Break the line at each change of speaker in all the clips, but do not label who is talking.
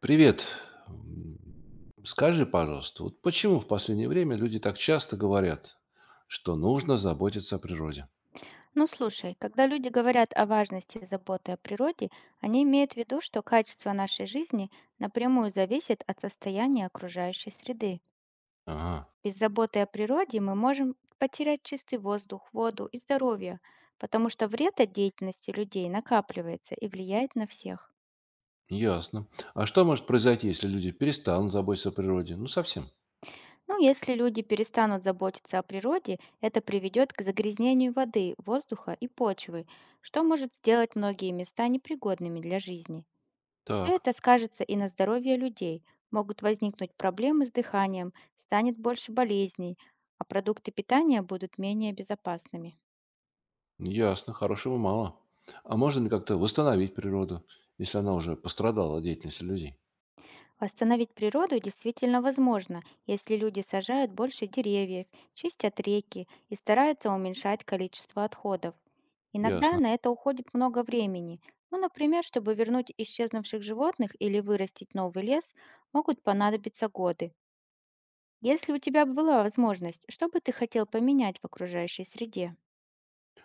Привет. М, Скажи, пожалуйста, вот почему в последнее время люди так часто говорят, что нужно заботиться о природе?
Ну слушай, когда люди говорят о важности заботы о природе, они имеют в виду, что качество нашей жизни напрямую зависит от состояния окружающей среды.
Ага,
Без заботы о природе мы можем потерять чистый воздух, воду и здоровье, потому что вред от деятельности людей накапливается и влияет на всех.
ясно. А что может произойти, если люди перестанут заботиться о природе? Ну, совсем.
Ну, если люди перестанут заботиться о природе, это приведет к загрязнению воды, воздуха и почвы, что может сделать многие места непригодными для жизни. Все
Так,
это скажется и на здоровье людей. Могут возникнуть проблемы с дыханием, станет больше болезней, а продукты питания будут менее безопасными.
ясно, хорошего мало. А можно ли как-то восстановить природу, если она уже пострадала от деятельности людей?
Восстановить природу действительно возможно, если люди сажают больше деревьев, чистят реки и стараются уменьшать количество отходов. Иногда
Ясно.
на это уходит много времени. Ну, например, чтобы вернуть исчезнувших животных или вырастить новый лес, могут понадобиться годы. Если у тебя была возможность, что бы ты хотел поменять в окружающей среде?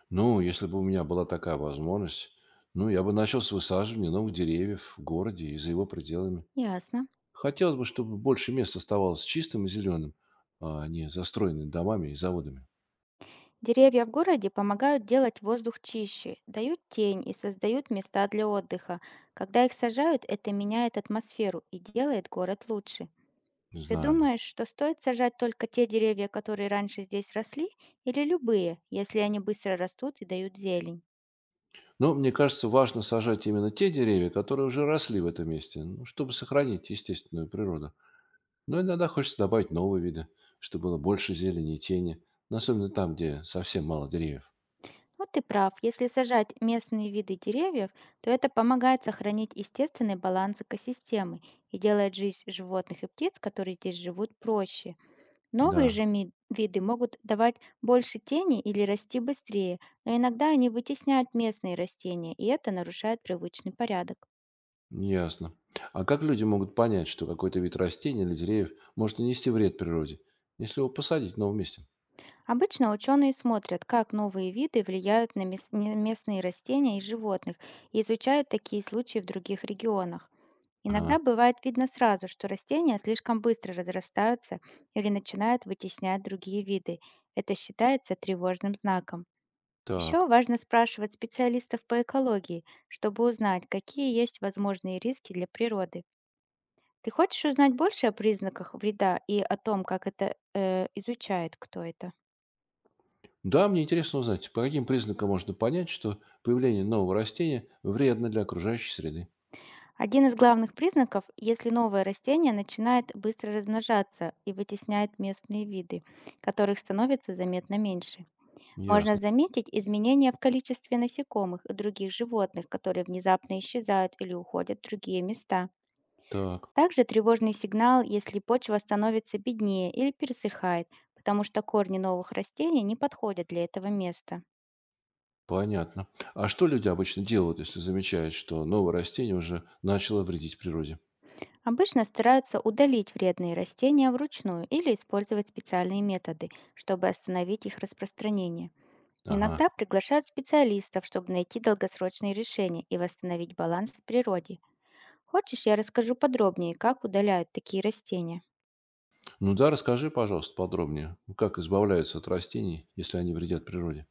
Ну, если бы у меня была такая возможность, ну, я бы начал с высаживания новых деревьев в городе и за его пределами.
Ясно.
Хотелось бы, чтобы больше мест оставалось чистым и зеленым, а не застроенным домами и заводами.
Деревья в городе помогают делать воздух чище, дают тень и создают места для отдыха. Когда их сажают, это меняет атмосферу и делает город лучше.
Не
Ты
знаю. Да.
думаешь, что стоит сажать только те деревья, которые раньше здесь росли, или любые, если они быстро растут и дают зелень?
Но мне кажется, важно сажать именно те деревья, которые уже росли в этом месте, ну, чтобы сохранить естественную природу. Но иногда хочется добавить новые виды, чтобы было больше зелени и тени, ну, особенно там, где совсем мало деревьев.
Вот ты прав. Если сажать местные виды деревьев, то это помогает сохранить естественный баланс экосистемы и делает жизнь животных и птиц, которые здесь живут, проще. Новые
Да,
же виды могут давать больше тени или расти быстрее, но иногда они вытесняют местные растения, и это нарушает привычный порядок.
ясно. А как люди могут понять, что какой-то вид растений или деревьев может нанести вред природе, если его посадить в новом месте?
Обычно ученые смотрят, как новые виды влияют на местные растения и животных, и изучают такие случаи в других регионах. Иногда
Ага,
бывает видно сразу, что растения слишком быстро разрастаются или начинают вытеснять другие виды. Это считается тревожным знаком. Еще
так.
важно спрашивать специалистов по экологии, чтобы узнать, какие есть возможные риски для природы. Ты хочешь узнать больше о признаках вреда и о том, как это изучает кто это?
Да, мне интересно узнать, по каким признакам можно понять, что появление нового растения вредно для окружающей среды.
Один из главных признаков, если новое растение начинает быстро размножаться и вытесняет местные виды, которых становится заметно меньше. Можно
Ясно.
заметить изменения в количестве насекомых и других животных, которые внезапно исчезают или уходят в другие места.
Так,
Также тревожный сигнал, если почва становится беднее или пересыхает, потому что корни новых растений не подходят для этого места.
понятно. А что люди обычно делают, если замечают, что новое растение уже начало вредить природе?
Обычно стараются удалить вредные растения вручную или использовать специальные методы, чтобы остановить их распространение. Иногда
Ага.
приглашают специалистов, чтобы найти долгосрочные решения и восстановить баланс в природе. Хочешь, я расскажу подробнее, как удаляют такие растения?
Ну да, расскажи, пожалуйста, подробнее, ну, как избавляются от растений, если они вредят природе.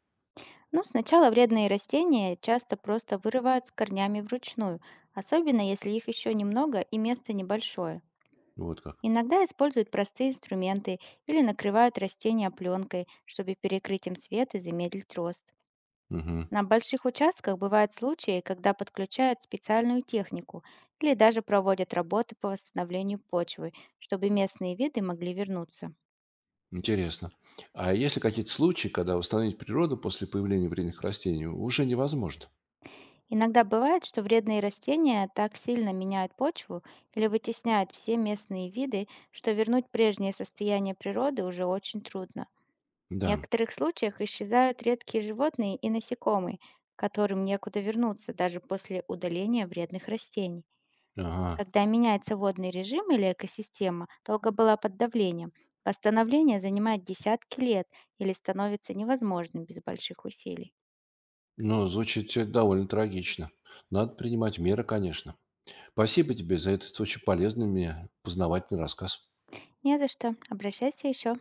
Но сначала вредные растения часто просто вырывают с корнями вручную, особенно если их еще немного и место небольшое.
Вот как.
Иногда используют простые инструменты или накрывают растения пленкой, чтобы перекрыть им свет и замедлить рост.
Угу.
На больших участках бывают случаи, когда подключают специальную технику или даже проводят работы по восстановлению почвы, чтобы местные виды могли вернуться.
Интересно. А есть ли какие-то случаи, когда восстановить природу после появления вредных растений уже невозможно?
Иногда бывает, что вредные растения так сильно меняют почву или вытесняют все местные виды, что вернуть прежнее состояние природы уже очень трудно. В
Да.
некоторых случаях исчезают редкие животные и насекомые, которым некуда вернуться даже после удаления вредных растений.
Ага.
Когда меняется водный режим или экосистема, долго была под давлением, восстановление занимает десятки лет или становится невозможным без больших усилий.
Ну, звучит все это довольно трагично. Надо принимать меры, конечно. Спасибо тебе за этот очень полезный мне познавательный рассказ.
Не за что. Обращайся еще.